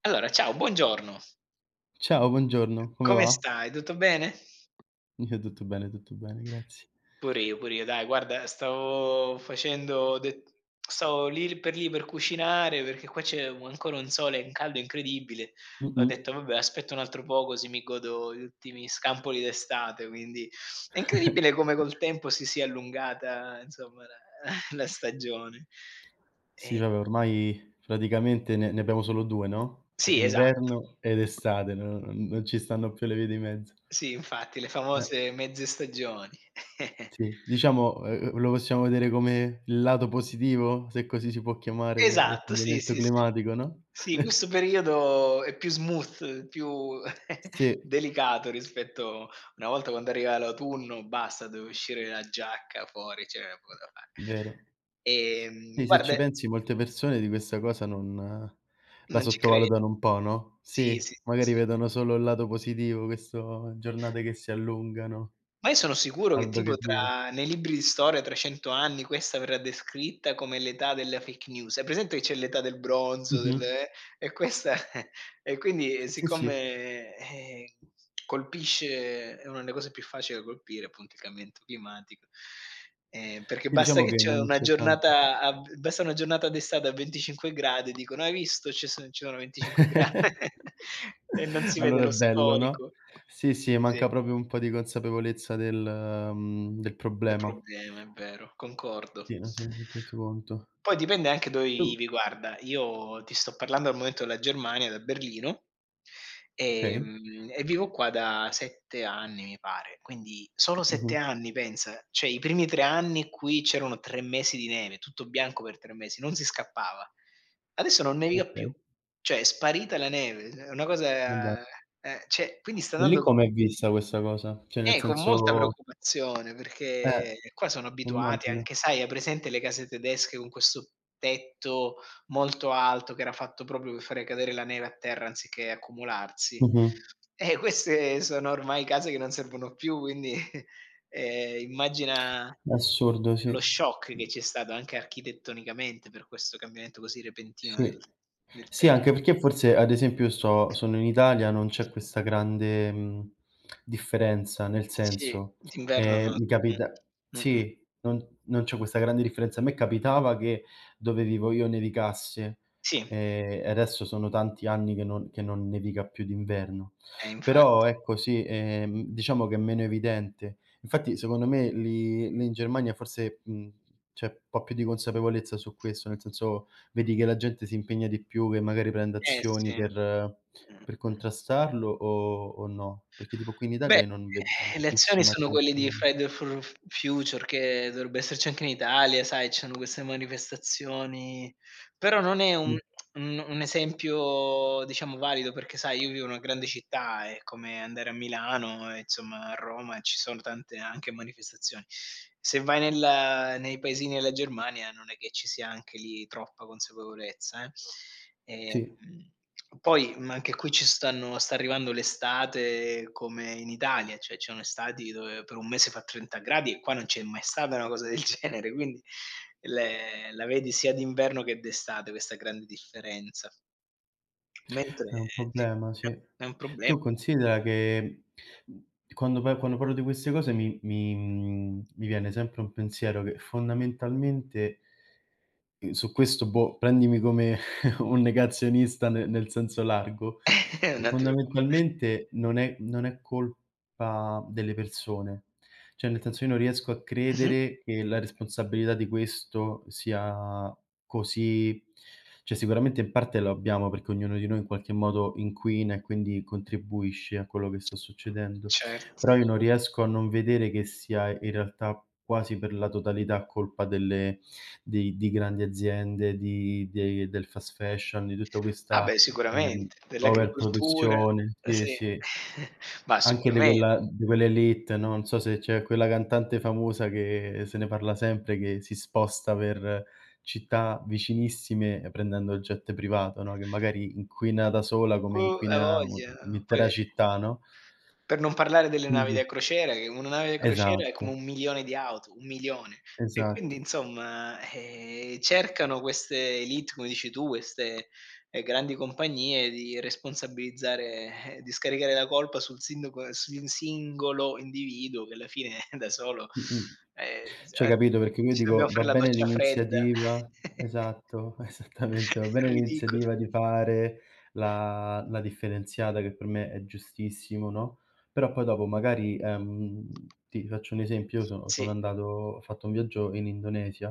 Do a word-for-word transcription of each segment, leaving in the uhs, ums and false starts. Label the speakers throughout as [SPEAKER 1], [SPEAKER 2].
[SPEAKER 1] Allora, ciao, buongiorno.
[SPEAKER 2] Ciao, buongiorno, come
[SPEAKER 1] Come
[SPEAKER 2] va?
[SPEAKER 1] stai? Tutto bene?
[SPEAKER 2] Io tutto bene, tutto bene, grazie.
[SPEAKER 1] Pure io, pure io. Dai, guarda, stavo facendo de stavo lì per lì per cucinare, perché qua c'è u ancora un sole e un caldo incredibile. Ho
[SPEAKER 2] Mh-mh.
[SPEAKER 1] detto: "Vabbè, aspetto un altro po' così mi godo gli ultimi scampoli d'estate", quindi è incredibile come col tempo si sia allungata, insomma, la la stagione. Ehm
[SPEAKER 2] Sì, vabbè, ormai praticamente ne ne abbiamo solo due, no, cioè
[SPEAKER 1] sì, esatto.
[SPEAKER 2] inverno ed estate, no non non ci stanno più le vie di mezzo.
[SPEAKER 1] Sì, infatti, le
[SPEAKER 2] Eh,
[SPEAKER 1] famose mezze stagioni.
[SPEAKER 2] sì, diciamo, ehm, lo possiamo vedere come il lato positivo, se così si può chiamare, de del
[SPEAKER 1] Esatto, sì,
[SPEAKER 2] cambiamento
[SPEAKER 1] sì, sì.
[SPEAKER 2] climatico, no?
[SPEAKER 1] Sì, questo periodo è più smooth, più
[SPEAKER 2] Sì,
[SPEAKER 1] delicato rispetto una volta quando arriva l'autunno, basta, dove uscire la giacca fuori, cioè, poco da fare.
[SPEAKER 2] vero.
[SPEAKER 1] Ehm,
[SPEAKER 2] Sì, se
[SPEAKER 1] guarda,
[SPEAKER 2] ci pensi molte persone di questa cosa non eh, la
[SPEAKER 1] non ci credo.
[SPEAKER 2] sottovalutano un po', no,
[SPEAKER 1] Sì,
[SPEAKER 2] sì,
[SPEAKER 1] sì,
[SPEAKER 2] magari
[SPEAKER 1] sì.
[SPEAKER 2] vedono solo il lato positivo, questo giornate che si allungano,
[SPEAKER 1] Ma io sono sicuro che
[SPEAKER 2] caldo
[SPEAKER 1] tipo
[SPEAKER 2] che dura.
[SPEAKER 1] tra nei libri di storia tra cento anni questa verrà descritta come l'età della fake news. Hai presente che c'è l'età del bronzo, del
[SPEAKER 2] Mh-mh.
[SPEAKER 1] eh, e questa e quindi, ehm,
[SPEAKER 2] Sì, sì.
[SPEAKER 1] siccome, ehm, colpisce è una delle cose più facili da colpire appunto il cambiamento climatico, ehm, perché
[SPEAKER 2] Sì,
[SPEAKER 1] basta
[SPEAKER 2] diciamo
[SPEAKER 1] che
[SPEAKER 2] che
[SPEAKER 1] c'è
[SPEAKER 2] non
[SPEAKER 1] una
[SPEAKER 2] soltanto sì.
[SPEAKER 1] giornata a v basta una giornata d'estate a venticinque gradi e dicono: "Hai visto ci so ci sono venticinque gradi" e non si vede
[SPEAKER 2] Allora è
[SPEAKER 1] lo
[SPEAKER 2] bello, no?
[SPEAKER 1] storico.
[SPEAKER 2] Sì, sì,
[SPEAKER 1] Sì.
[SPEAKER 2] manca proprio un po' di consapevolezza del mhmm, del
[SPEAKER 1] Del
[SPEAKER 2] problema.
[SPEAKER 1] problema, è vero, concordo.
[SPEAKER 2] Sì, non si è reso tanto conto.
[SPEAKER 1] Poi dipende anche dove
[SPEAKER 2] Tu
[SPEAKER 1] vivi, guarda. Io ti sto parlando al momento della Germania, da Berlino,
[SPEAKER 2] okay.
[SPEAKER 1] ehm, e vivo qua da sette anni, mi pare. Quindi solo
[SPEAKER 2] Mh-mh.
[SPEAKER 1] sette anni, pensa. Cioè i primi tre anni qui c'erano tre mesi di neve, tutto bianco per tre mesi, non si scappava. Adesso non nevica più,
[SPEAKER 2] Okay,
[SPEAKER 1] cioè è sparita la neve, è una
[SPEAKER 2] va be
[SPEAKER 1] cosa eh, cioè quindi sta
[SPEAKER 2] E lì
[SPEAKER 1] andando
[SPEAKER 2] com'è vista questa cosa? Cioè nel
[SPEAKER 1] eh, con molta
[SPEAKER 2] senso
[SPEAKER 1] preoccupazione,
[SPEAKER 2] eh,
[SPEAKER 1] perché qua sono abituati,
[SPEAKER 2] immagino.
[SPEAKER 1] anche sai, hai presente le case tedesche con questo tetto molto alto che era fatto proprio per fare cadere la neve a terra anziché accumularsi?
[SPEAKER 2] Mh-mh.
[SPEAKER 1] Eh, queste sono ormai case che non servono più, quindi, ehm, immagina
[SPEAKER 2] È assurdo,
[SPEAKER 1] lo
[SPEAKER 2] sì.
[SPEAKER 1] shock che c'è stato anche architettonicamente per questo cambiamento così repentino del
[SPEAKER 2] Sì.
[SPEAKER 1] del
[SPEAKER 2] Sì,
[SPEAKER 1] tempo.
[SPEAKER 2] anche perché forse, ad esempio, sto sono in Italia, non c'è questa grande, mhmm, differenza, nel
[SPEAKER 1] Sì,
[SPEAKER 2] senso,
[SPEAKER 1] d'inverno
[SPEAKER 2] ehm,
[SPEAKER 1] no.
[SPEAKER 2] mi
[SPEAKER 1] Mh.
[SPEAKER 2] capita
[SPEAKER 1] Mh-mh.
[SPEAKER 2] sì, non non c'è questa grande differenza. A me capitava che dove vivo io nevicasse,
[SPEAKER 1] Sì,
[SPEAKER 2] ehm, e adesso sono tanti anni che non che non nevica più d'inverno.
[SPEAKER 1] eh, infa
[SPEAKER 2] Però ecco sì, ehm, diciamo che è meno evidente. Infatti secondo me lì lì in Germania forse, mhmm, c'è un po' più di consapevolezza su questo, nel senso vedi che la gente si impegna di più, che magari prende
[SPEAKER 1] eh
[SPEAKER 2] azioni
[SPEAKER 1] sì.
[SPEAKER 2] per
[SPEAKER 1] Mh.
[SPEAKER 2] per contrastarlo o o no? Perché tipo qui in Italia
[SPEAKER 1] Beh,
[SPEAKER 2] io non vedo
[SPEAKER 1] eh, le azioni
[SPEAKER 2] tantissima
[SPEAKER 1] sono quelle di
[SPEAKER 2] attenzione.
[SPEAKER 1] Friday for Future che dovrebbe esserci anche in Italia, sai, ci sono queste manifestazioni, però non è un
[SPEAKER 2] Mh,
[SPEAKER 1] un un esempio diciamo valido, perché sai io vivo in una grande città, è come andare a Milano e insomma a Roma ci sono tante anche manifestazioni. Se vai nel nei paesini della Germania non è che ci sia anche lì troppa consapevolezza, eh. Ehm,
[SPEAKER 2] sì.
[SPEAKER 1] Poi, ma anche qui ci stanno sta arrivando l'estate come in Italia, cioè ci sono estati dove per un mese fa trenta gradi e qua non c'è mai stata una cosa del genere, quindi le la vedi sia d'inverno che d'estate questa grande differenza. Mentre
[SPEAKER 2] È un
[SPEAKER 1] sì,
[SPEAKER 2] problema, sì.
[SPEAKER 1] è un problema,
[SPEAKER 2] Tu considera che, mhmm, quando pa quando parlo di queste cose mi mi mhmm, mi viene sempre un pensiero che fondamentalmente ehm, su questo, boh, prendimi come un negazionista ne nel senso largo, che
[SPEAKER 1] non ti preoccu
[SPEAKER 2] fondamentalmente non è non è colpa delle persone. Cioè, nel senso, io non riesco a
[SPEAKER 1] mh-mh,
[SPEAKER 2] credere che la responsabilità di questo sia così, cioè sicuramente in parte lo abbiamo perché ognuno di noi in qualche modo inquina e quindi contribuisce a quello che sta succedendo, però
[SPEAKER 1] certo.
[SPEAKER 2] io non Mh-mh. Riesco a non vedere che sia in realtà quasi per la totalità colpa delle di di grandi aziende, di dei del fast fashion, di tutta
[SPEAKER 1] Ah
[SPEAKER 2] questa,
[SPEAKER 1] beh,
[SPEAKER 2] ehm,
[SPEAKER 1] sicuramente, dell'agricoltura,
[SPEAKER 2] overproduzione. Sì,
[SPEAKER 1] sì,
[SPEAKER 2] sì.
[SPEAKER 1] ma
[SPEAKER 2] Anche di
[SPEAKER 1] sicuramente.
[SPEAKER 2] quella di quell'elite, no, non so se c'è quella cantante famosa che se ne parla sempre, che si sposta per città vicinissime prendendo il jet privato, no, che magari inquina da sola come
[SPEAKER 1] Uh, a
[SPEAKER 2] inquina u
[SPEAKER 1] voglia.
[SPEAKER 2] un'intera
[SPEAKER 1] Poi
[SPEAKER 2] città, no?
[SPEAKER 1] per non parlare delle navi
[SPEAKER 2] Quindi
[SPEAKER 1] da crociera, che una nave da crociera è come
[SPEAKER 2] esatto,
[SPEAKER 1] un milione di auto, un milione. E quindi
[SPEAKER 2] esatto.
[SPEAKER 1] insomma, ehm, cercano queste élite, come dici tu, queste, ehm, grandi compagnie, di responsabilizzare eh, di scaricare la colpa sul sindaco e sul singolo individuo che alla fine, da solo,
[SPEAKER 2] Mh-mh.
[SPEAKER 1] ehm, z
[SPEAKER 2] Cioè
[SPEAKER 1] a
[SPEAKER 2] capito, perché io
[SPEAKER 1] ci dobbiamo
[SPEAKER 2] dico va
[SPEAKER 1] fare la
[SPEAKER 2] bene
[SPEAKER 1] doccia fredda.
[SPEAKER 2] l'iniziativa esatto, esattamente, va bene
[SPEAKER 1] Ridicolo.
[SPEAKER 2] l'iniziativa di fare la la differenziata che per me è giustissimo, no, però poi dopo magari, ehm, ti faccio un esempio, io sono sono
[SPEAKER 1] Sì,
[SPEAKER 2] andato ho fatto un viaggio in Indonesia,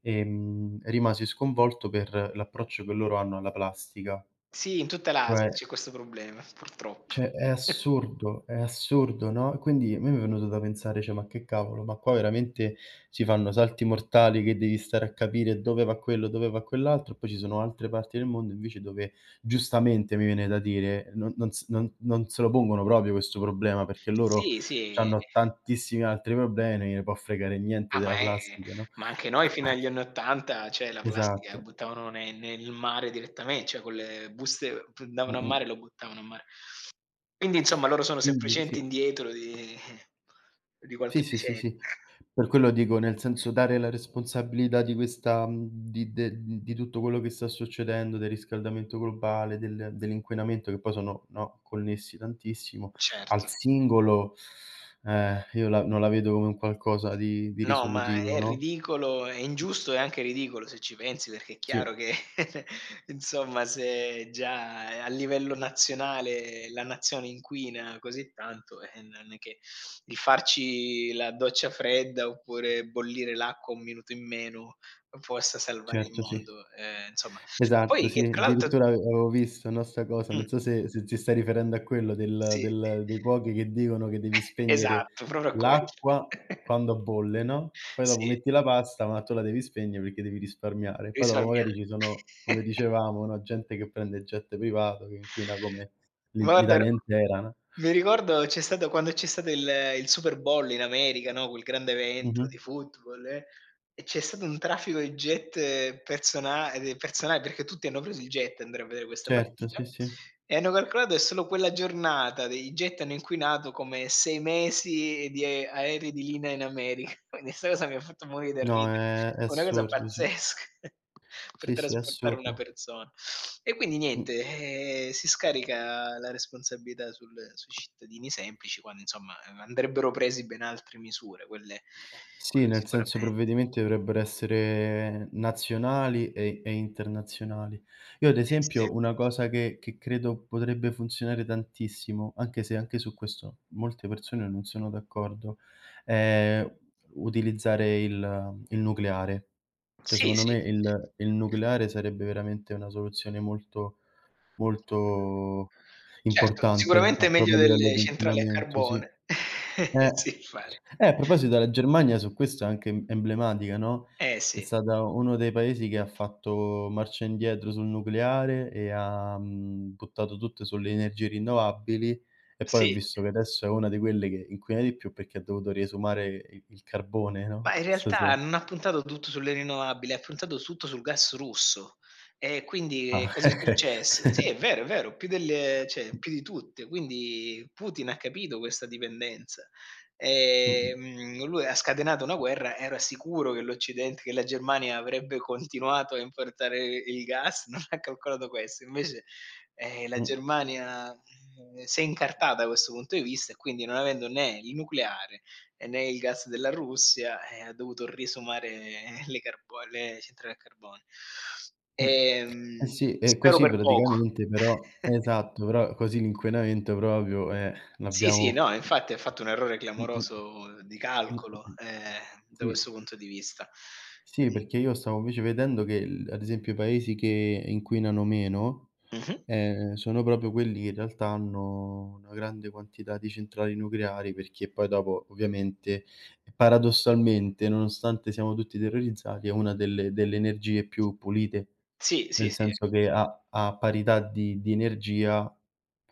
[SPEAKER 2] ehm, rimasi sconvolto per l'approccio che loro hanno alla plastica,
[SPEAKER 1] sì, in tutta
[SPEAKER 2] cioè
[SPEAKER 1] l'Asia c'è questo problema, purtroppo.
[SPEAKER 2] cioè, è assurdo, è assurdo, no, quindi a me mi è venuto da pensare, cioè: "Ma che cavolo, ma qua veramente si fanno salti mortali che devi stare a capire dove va quello, dove va quell'altro", e poi ci sono altre parti del mondo invece dove giustamente mi viene da dire, non non s non non se lo pongono proprio questo problema, perché loro
[SPEAKER 1] Sì, sì.
[SPEAKER 2] c'hanno tantissimi altri problemi, non gliene può fregare niente
[SPEAKER 1] Ah, ma
[SPEAKER 2] della
[SPEAKER 1] è
[SPEAKER 2] plastica, no?
[SPEAKER 1] ma anche noi fino agli anni 'ottanta, cioè la plastica la
[SPEAKER 2] Esatto.
[SPEAKER 1] buttavano ne nel mare, direttame cioè con le buste p andavano a
[SPEAKER 2] Mh-mh.
[SPEAKER 1] mare e lo buttavano a mare. Quindi insomma loro sono
[SPEAKER 2] Quindi
[SPEAKER 1] semplicemente
[SPEAKER 2] sì.
[SPEAKER 1] indietro di di
[SPEAKER 2] Sì,
[SPEAKER 1] qualche
[SPEAKER 2] sì, sì,
[SPEAKER 1] decennio.
[SPEAKER 2] sì. Per quello dico, nel senso dare la responsabilità di questa mhmm, di de di tutto quello che sta succedendo, del riscaldamento globale, del dell'inquinamento, che poi sono, no, connessi tantissimo,
[SPEAKER 1] Certo.
[SPEAKER 2] al singolo, eh, io la non la vedo come un qualcosa di di
[SPEAKER 1] No, ma
[SPEAKER 2] risolutivo,
[SPEAKER 1] è
[SPEAKER 2] no?
[SPEAKER 1] ridicolo, è ingiusto e anche ridicolo se ci pensi, perché è chiaro
[SPEAKER 2] Sì,
[SPEAKER 1] che insomma se già a livello nazionale la nazione inquina così tanto, eh, non è che il farci la doccia fredda oppure bollire l'acqua un minuto in meno possa salvare il
[SPEAKER 2] certo, sì.
[SPEAKER 1] mondo, ehm, insomma.
[SPEAKER 2] Esatto,
[SPEAKER 1] Poi
[SPEAKER 2] sì,
[SPEAKER 1] che tra l'altro
[SPEAKER 2] addirittura ave avevo visto, no, sta cosa,
[SPEAKER 1] Mh,
[SPEAKER 2] non so se se ti stai riferendo a quello del
[SPEAKER 1] sì,
[SPEAKER 2] del dei cuochi che dicono che devi spegnere
[SPEAKER 1] esatto, proprio quello.
[SPEAKER 2] l'acqua quando bolle, no, poi dopo
[SPEAKER 1] Sì,
[SPEAKER 2] metti la pasta, ma tu la devi spegnere perché devi risparmiare. Poi dopo
[SPEAKER 1] risparmia
[SPEAKER 2] magari ci sono, come dicevamo, no, gente che prende il jet privato, che inquina come
[SPEAKER 1] ma
[SPEAKER 2] l'I
[SPEAKER 1] guarda,
[SPEAKER 2] l'Italia intera, no.
[SPEAKER 1] mi ricordo c'è stato quando c'è stato il il Super Bowl in America, no, quel grande evento
[SPEAKER 2] Mh-mh.
[SPEAKER 1] di football, eh, e c'è stato un traffico di jet eh, persona ehm, personale, perché tutti hanno preso il jet, andare a vedere questa
[SPEAKER 2] Certo,
[SPEAKER 1] partita,
[SPEAKER 2] sì, sì.
[SPEAKER 1] e hanno calcolato che solo quella giornata dei jet hanno inquinato come sei mesi di ae aerei di linea in America. Quindi 'sta cosa mi ha fatto morire dal
[SPEAKER 2] No,
[SPEAKER 1] ridere.
[SPEAKER 2] è è
[SPEAKER 1] Una cosa
[SPEAKER 2] assurdo, sì.
[SPEAKER 1] pazzesca, per
[SPEAKER 2] Sì, sì, è
[SPEAKER 1] trasportare una
[SPEAKER 2] assurdo.
[SPEAKER 1] persona. E quindi
[SPEAKER 2] Mh.
[SPEAKER 1] niente, ehm, si scarica la responsabilità sul sui cittadini semplici, quando insomma, ehm, andrebbero presi ben altre misure, quelle
[SPEAKER 2] Sì,
[SPEAKER 1] quello
[SPEAKER 2] nel senso i
[SPEAKER 1] sicuramente.
[SPEAKER 2] provvedimenti dovrebbero essere nazionali e e internazionali. Io ad
[SPEAKER 1] Eh sì.
[SPEAKER 2] esempio una cosa che che credo potrebbe funzionare tantissimo, anche se anche su questo molte persone non sono d'accordo, è utilizzare il il nucleare. Cioè
[SPEAKER 1] Sì,
[SPEAKER 2] secondo
[SPEAKER 1] sì,
[SPEAKER 2] me
[SPEAKER 1] sì, sì.
[SPEAKER 2] il il nucleare sarebbe veramente una soluzione molto, molto
[SPEAKER 1] Certo,
[SPEAKER 2] importante,
[SPEAKER 1] sicuramente è
[SPEAKER 2] ma proprio
[SPEAKER 1] meglio
[SPEAKER 2] a livello
[SPEAKER 1] delle
[SPEAKER 2] di
[SPEAKER 1] centrali a
[SPEAKER 2] inquinamento, sì.
[SPEAKER 1] carbone.
[SPEAKER 2] Eh.
[SPEAKER 1] Sì, infatti.
[SPEAKER 2] Eh, a proposito la Germania su questo è anche em emblematica, no,
[SPEAKER 1] Eh
[SPEAKER 2] è
[SPEAKER 1] sì.
[SPEAKER 2] stata uno dei paesi che ha fatto marcia indietro sul nucleare e ha, mhmm, buttato tutto sulle energie rinnovabili e poi ho
[SPEAKER 1] Sì.
[SPEAKER 2] visto che adesso è una di quelle che inquina di più perché ha dovuto riesumare il il carbone, no, non
[SPEAKER 1] Ma in
[SPEAKER 2] so
[SPEAKER 1] realtà
[SPEAKER 2] se
[SPEAKER 1] non ha puntato tutto sulle rinnovabili, ha puntato tutto sul gas russo. E quindi, ehm,
[SPEAKER 2] ah,
[SPEAKER 1] cosa è
[SPEAKER 2] okay.
[SPEAKER 1] successo? Sì, è vero, è vero, più delle cioè più di tutte. Quindi Putin ha capito questa dipendenza.
[SPEAKER 2] Mh-mh.
[SPEAKER 1] Ehm, lui ha scatenato una guerra, era sicuro che l'Occidente che la Germania avrebbe continuato a importare il gas, non ha calcolato questo. Invece, ehm, la
[SPEAKER 2] Mh,
[SPEAKER 1] Germania, mhmm, si è incartata da questo punto di vista e quindi, non avendo né il nucleare e né il gas della Russia, e ha dovuto risumare le carbo le centrali a carbone.
[SPEAKER 2] mh. Eh
[SPEAKER 1] Ehm,
[SPEAKER 2] sì, e
[SPEAKER 1] Spero
[SPEAKER 2] così
[SPEAKER 1] per poco.
[SPEAKER 2] praticamente però esatto, però così l'inquinamento proprio, eh,
[SPEAKER 1] Sì, sì,
[SPEAKER 2] l'abbiamo
[SPEAKER 1] no, infatti ha fatto un errore
[SPEAKER 2] Mh-mh.
[SPEAKER 1] clamoroso di
[SPEAKER 2] Mh,
[SPEAKER 1] calcolo,
[SPEAKER 2] mh-mh.
[SPEAKER 1] ehm, da
[SPEAKER 2] Sì.
[SPEAKER 1] questo punto di vista. Mh,
[SPEAKER 2] Sì, perché io stavo invece vedendo che il ad esempio i paesi che inquinano meno,
[SPEAKER 1] mh-mh.
[SPEAKER 2] ehm, sono proprio quelli che in realtà hanno una grande quantità di centrali nucleari, perché poi dopo ovviamente, paradossalmente, nonostante siamo tutti terrorizzati, è una delle delle energie più pulite,
[SPEAKER 1] Sì, sì,
[SPEAKER 2] nel
[SPEAKER 1] sì.
[SPEAKER 2] senso che a a parità di di energia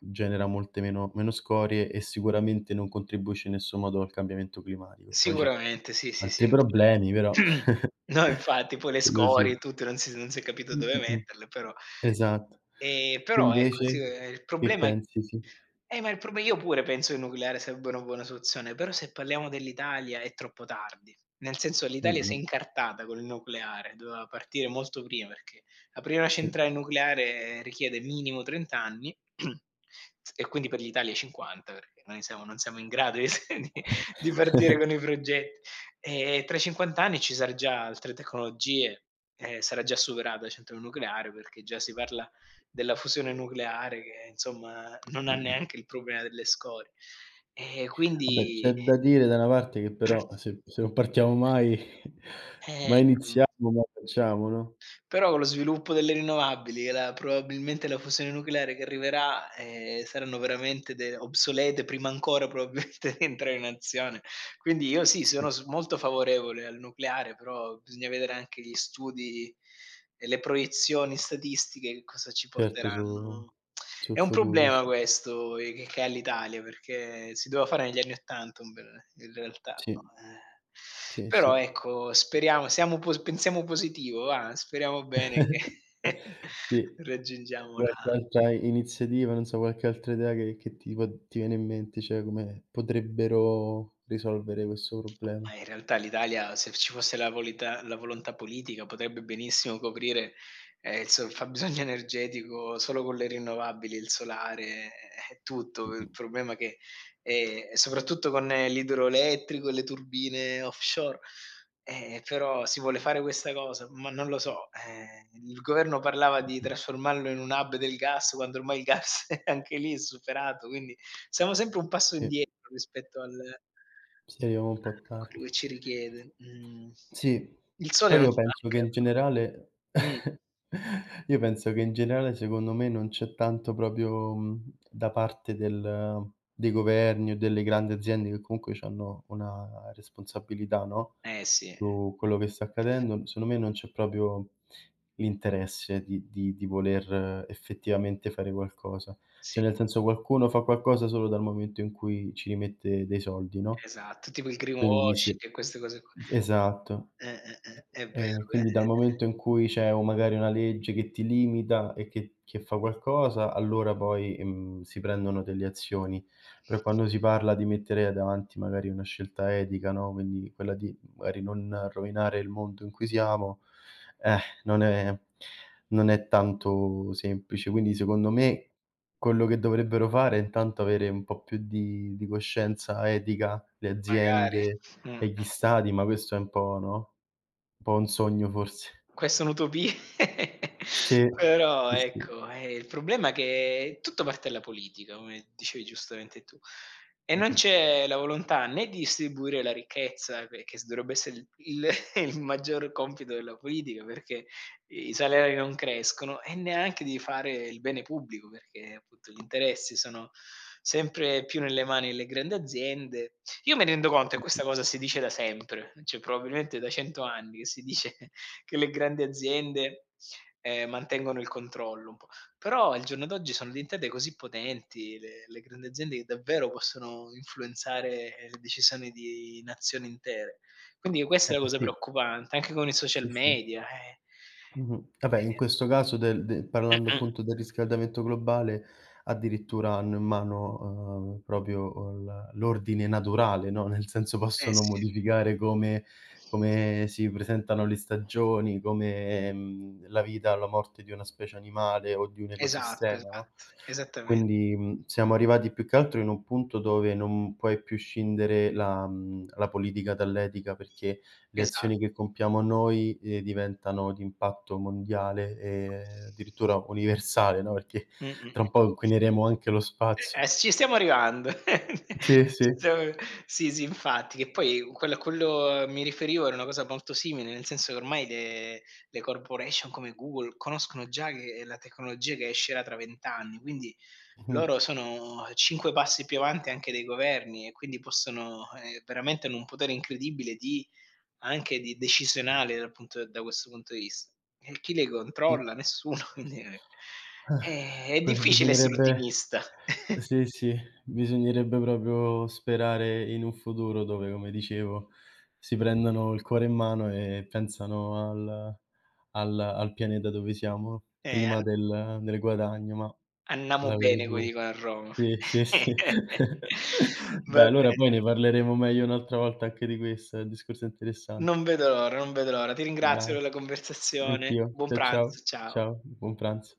[SPEAKER 2] genera molte meno meno scorie e sicuramente non contribuisce in nessun modo al cambiamento climatico. Poi c'è
[SPEAKER 1] Sicuramente, sì, sì, sì,
[SPEAKER 2] altri
[SPEAKER 1] infa
[SPEAKER 2] problemi però.
[SPEAKER 1] no, infatti, poi le
[SPEAKER 2] Quello sì.
[SPEAKER 1] scorie e tutto, non si non si è capito
[SPEAKER 2] Mh,
[SPEAKER 1] dove
[SPEAKER 2] mh, mh.
[SPEAKER 1] metterle, però
[SPEAKER 2] Esatto.
[SPEAKER 1] ehm,
[SPEAKER 2] Tu
[SPEAKER 1] però ecco, sì,
[SPEAKER 2] invece
[SPEAKER 1] ehm, il
[SPEAKER 2] che
[SPEAKER 1] problema è.
[SPEAKER 2] pensi? Sì.
[SPEAKER 1] Eh, ma il prob io pure penso che il nucleare sarebbe una buona soluzione, però se parliamo dell'Italia è troppo tardi. Nel senso, l'Italia si è
[SPEAKER 2] Mh-mh.
[SPEAKER 1] incartata con il nucleare, doveva partire molto prima, perché aprire una
[SPEAKER 2] Sì.
[SPEAKER 1] centrale nucleare richiede minimo trenta anni, s e quindi per l'Italia cinquanta, perché noi siamo non siamo in grado di s di di partire con i progetti. E tra i cinquanta anni ci sarà già altre tecnologie, ehm, sarà già superata la centrale nucleare, perché già si parla della fusione nucleare che insomma non ha
[SPEAKER 2] Mh-mh.
[SPEAKER 1] neanche il problema delle scorie. E
[SPEAKER 2] Vabbè,
[SPEAKER 1] quindi
[SPEAKER 2] c'è da dire da una parte che però se se non partiamo mai
[SPEAKER 1] eh,
[SPEAKER 2] mai
[SPEAKER 1] mh,
[SPEAKER 2] iniziamo, mai facciamo, no?
[SPEAKER 1] però con lo sviluppo delle rinnovabili e la probabilmente la fusione nucleare che arriverà, ehm, saranno veramente de obsolete prima ancora, probabilmente, di entrare in azione. Quindi io sì,
[SPEAKER 2] Sì,
[SPEAKER 1] sono s molto favorevole al nucleare, però bisogna vedere anche gli studi e le proiezioni statistiche che cosa ci
[SPEAKER 2] certo su
[SPEAKER 1] porteranno.
[SPEAKER 2] sul
[SPEAKER 1] È un
[SPEAKER 2] futuro,
[SPEAKER 1] problema
[SPEAKER 2] sì.
[SPEAKER 1] questo e che che ha l'Italia, perché si doveva fare negli anni ottanta, un bel in realtà,
[SPEAKER 2] Sì,
[SPEAKER 1] eh.
[SPEAKER 2] sì,
[SPEAKER 1] Però
[SPEAKER 2] sì.
[SPEAKER 1] ecco, speriamo, siamo pos pensiamo positivo va, speriamo bene che
[SPEAKER 2] Sì.
[SPEAKER 1] raggiungiamo la.
[SPEAKER 2] Qualche altra iniziativa, non so, qualche altra idea che che ti può ti viene in mente, cioè come potrebbero risolvere questo problema?
[SPEAKER 1] Ma in realtà l'Italia, se ci fosse la volita la volontà politica, potrebbe benissimo coprire, ehm, il suo fabbisogno energetico solo con le rinnovabili, il solare e tutto. Il problema che ehm, soprattutto con eh, l'idroelettrico e le turbine offshore, eh, però si vuole fare questa cosa, ma non lo so. Ehm, il governo parlava di trasformarlo in un hub del gas, quando ormai il gas è anche lì è superato, quindi siamo sempre un passo
[SPEAKER 2] Sì,
[SPEAKER 1] indietro rispetto al
[SPEAKER 2] sì, arriviamo un po' tardi.
[SPEAKER 1] quello che ci richiede, mhmm.
[SPEAKER 2] Sì,
[SPEAKER 1] Il sole
[SPEAKER 2] poi
[SPEAKER 1] non
[SPEAKER 2] io
[SPEAKER 1] ci
[SPEAKER 2] penso
[SPEAKER 1] manca
[SPEAKER 2] che in generale
[SPEAKER 1] però. Mh.
[SPEAKER 2] io penso che in generale secondo me non c'è tanto proprio, mhmm, da parte del dei governi o delle grandi aziende che comunque c'hanno una responsabilità, no,
[SPEAKER 1] Eh sì,
[SPEAKER 2] su quello che sta accadendo, secondo me non c'è proprio l'interesse di di di voler eh, effettivamente fare qualcosa.
[SPEAKER 1] sì,
[SPEAKER 2] Cioè nel senso qualcuno fa qualcosa solo dal momento in cui ci rimette dei soldi, no,
[SPEAKER 1] esatto, tipo il
[SPEAKER 2] quindi se
[SPEAKER 1] greenwashing e queste cose qua.
[SPEAKER 2] esatto.
[SPEAKER 1] Eh, eh, eh, è vero,
[SPEAKER 2] Ehm,
[SPEAKER 1] eh,
[SPEAKER 2] quindi dal momento in cui c'è o magari una legge che ti limita e che che fa qualcosa, allora poi, ehm, si prendono delle azioni. Però quando si parla di mettere davanti magari una scelta etica, no, quindi quella di magari non rovinare il mondo in cui siamo, eh, non è non è tanto semplice. Quindi secondo me quello che dovrebbero fare è intanto avere un po' più di di coscienza etica le
[SPEAKER 1] magari.
[SPEAKER 2] aziende
[SPEAKER 1] Mh,
[SPEAKER 2] e gli
[SPEAKER 1] mh.
[SPEAKER 2] stati, ma questo è un po', no? Un po' un sogno forse.
[SPEAKER 1] Questa è un'utopia,
[SPEAKER 2] Sì,
[SPEAKER 1] però
[SPEAKER 2] sì, sì.
[SPEAKER 1] ecco, eh, il problema è che tutto parte dalla politica, come dicevi giustamente tu, e non
[SPEAKER 2] Mh-mh.
[SPEAKER 1] c'è la volontà né di distribuire la ricchezza, che che s dovrebbe essere il il il maggior compito della politica, perché i salari non crescono, e neanche di fare il bene pubblico, perché appunto gli interessi sono sempre più nelle mani delle grandi aziende. Io mi rendo conto che questa
[SPEAKER 2] Mh-mh.
[SPEAKER 1] cosa si dice da sempre, cioè probabilmente da cento anni che si dice che le grandi aziende, ehm, mantengono il controllo un po'. Però al giorno d'oggi sono diventate così potenti le le grandi aziende, che davvero possono influenzare, ehm, le decisioni di nazioni intere. Quindi questa
[SPEAKER 2] Eh,
[SPEAKER 1] è la cosa
[SPEAKER 2] sì,
[SPEAKER 1] preoccupante, anche con i social
[SPEAKER 2] sì, sì.
[SPEAKER 1] media, eh.
[SPEAKER 2] Mh-mh. Vabbè, in questo caso del de
[SPEAKER 1] Ehm
[SPEAKER 2] parlando
[SPEAKER 1] mh-mh.
[SPEAKER 2] appunto del riscaldamento globale, addirittura hanno in mano, uhm, proprio l l'ordine naturale, no, nel senso
[SPEAKER 1] Eh
[SPEAKER 2] possono
[SPEAKER 1] sì,
[SPEAKER 2] modificare come come si presentano le stagioni, come, mhmm, la vita o la morte di una specie animale o di un
[SPEAKER 1] esatto,
[SPEAKER 2] ecosistema, no?
[SPEAKER 1] esatto, esattamente,
[SPEAKER 2] Quindi, mhmm, siamo arrivati più che altro in un punto dove non puoi più scindere la mhmm, la politica dall'etica, perché le
[SPEAKER 1] esatto.
[SPEAKER 2] azioni che compiamo noi, ehm, diventano di impatto mondiale e addirittura universale, no, perché
[SPEAKER 1] Mh-mh,
[SPEAKER 2] tra
[SPEAKER 1] mh.
[SPEAKER 2] un po' inquineremo anche lo spazio.
[SPEAKER 1] Eh, ci stiamo arrivando.
[SPEAKER 2] Sì, sì.
[SPEAKER 1] Stiamo Sì, sì, infatti, che poi quello a quello mi riferivo era una cosa molto simile, nel senso che ormai le le corporation come Google conoscono già che la tecnologia che escerà tra venti anni, quindi
[SPEAKER 2] Mh-mh.
[SPEAKER 1] loro sono cinque passi più avanti anche dei governi, e quindi possono ehm, veramente hanno un potere incredibile, di anche di decisionale, dal punto da questo punto di vista. E chi le
[SPEAKER 2] Sì.
[SPEAKER 1] controlla? Nessuno, quindi, ehm,
[SPEAKER 2] Eh,
[SPEAKER 1] è
[SPEAKER 2] quasi
[SPEAKER 1] difficile essere
[SPEAKER 2] bisognerebbe
[SPEAKER 1] ottimista.
[SPEAKER 2] sì, sì, bisognerebbe proprio sperare in un futuro dove, come dicevo, si prendano il cuore in mano e pensano al al al pianeta dove siamo
[SPEAKER 1] Eh,
[SPEAKER 2] prima
[SPEAKER 1] an
[SPEAKER 2] del del guadagno, ma
[SPEAKER 1] Annamo
[SPEAKER 2] la vedo
[SPEAKER 1] bene, come
[SPEAKER 2] dura.
[SPEAKER 1] dicono a Roma.
[SPEAKER 2] Sì, sì, sì.
[SPEAKER 1] Va
[SPEAKER 2] Dai, allora
[SPEAKER 1] bene,
[SPEAKER 2] poi ne parleremo meglio un'altra volta anche di questo, è un discorso interessante.
[SPEAKER 1] non vedo l'ora, non vedo l'ora. Ti ringrazio
[SPEAKER 2] Dai,
[SPEAKER 1] per la conversazione.
[SPEAKER 2] anch'io.
[SPEAKER 1] Buon
[SPEAKER 2] Ciao, ciao.
[SPEAKER 1] pranzo, ciao.
[SPEAKER 2] Ciao, buon pranzo.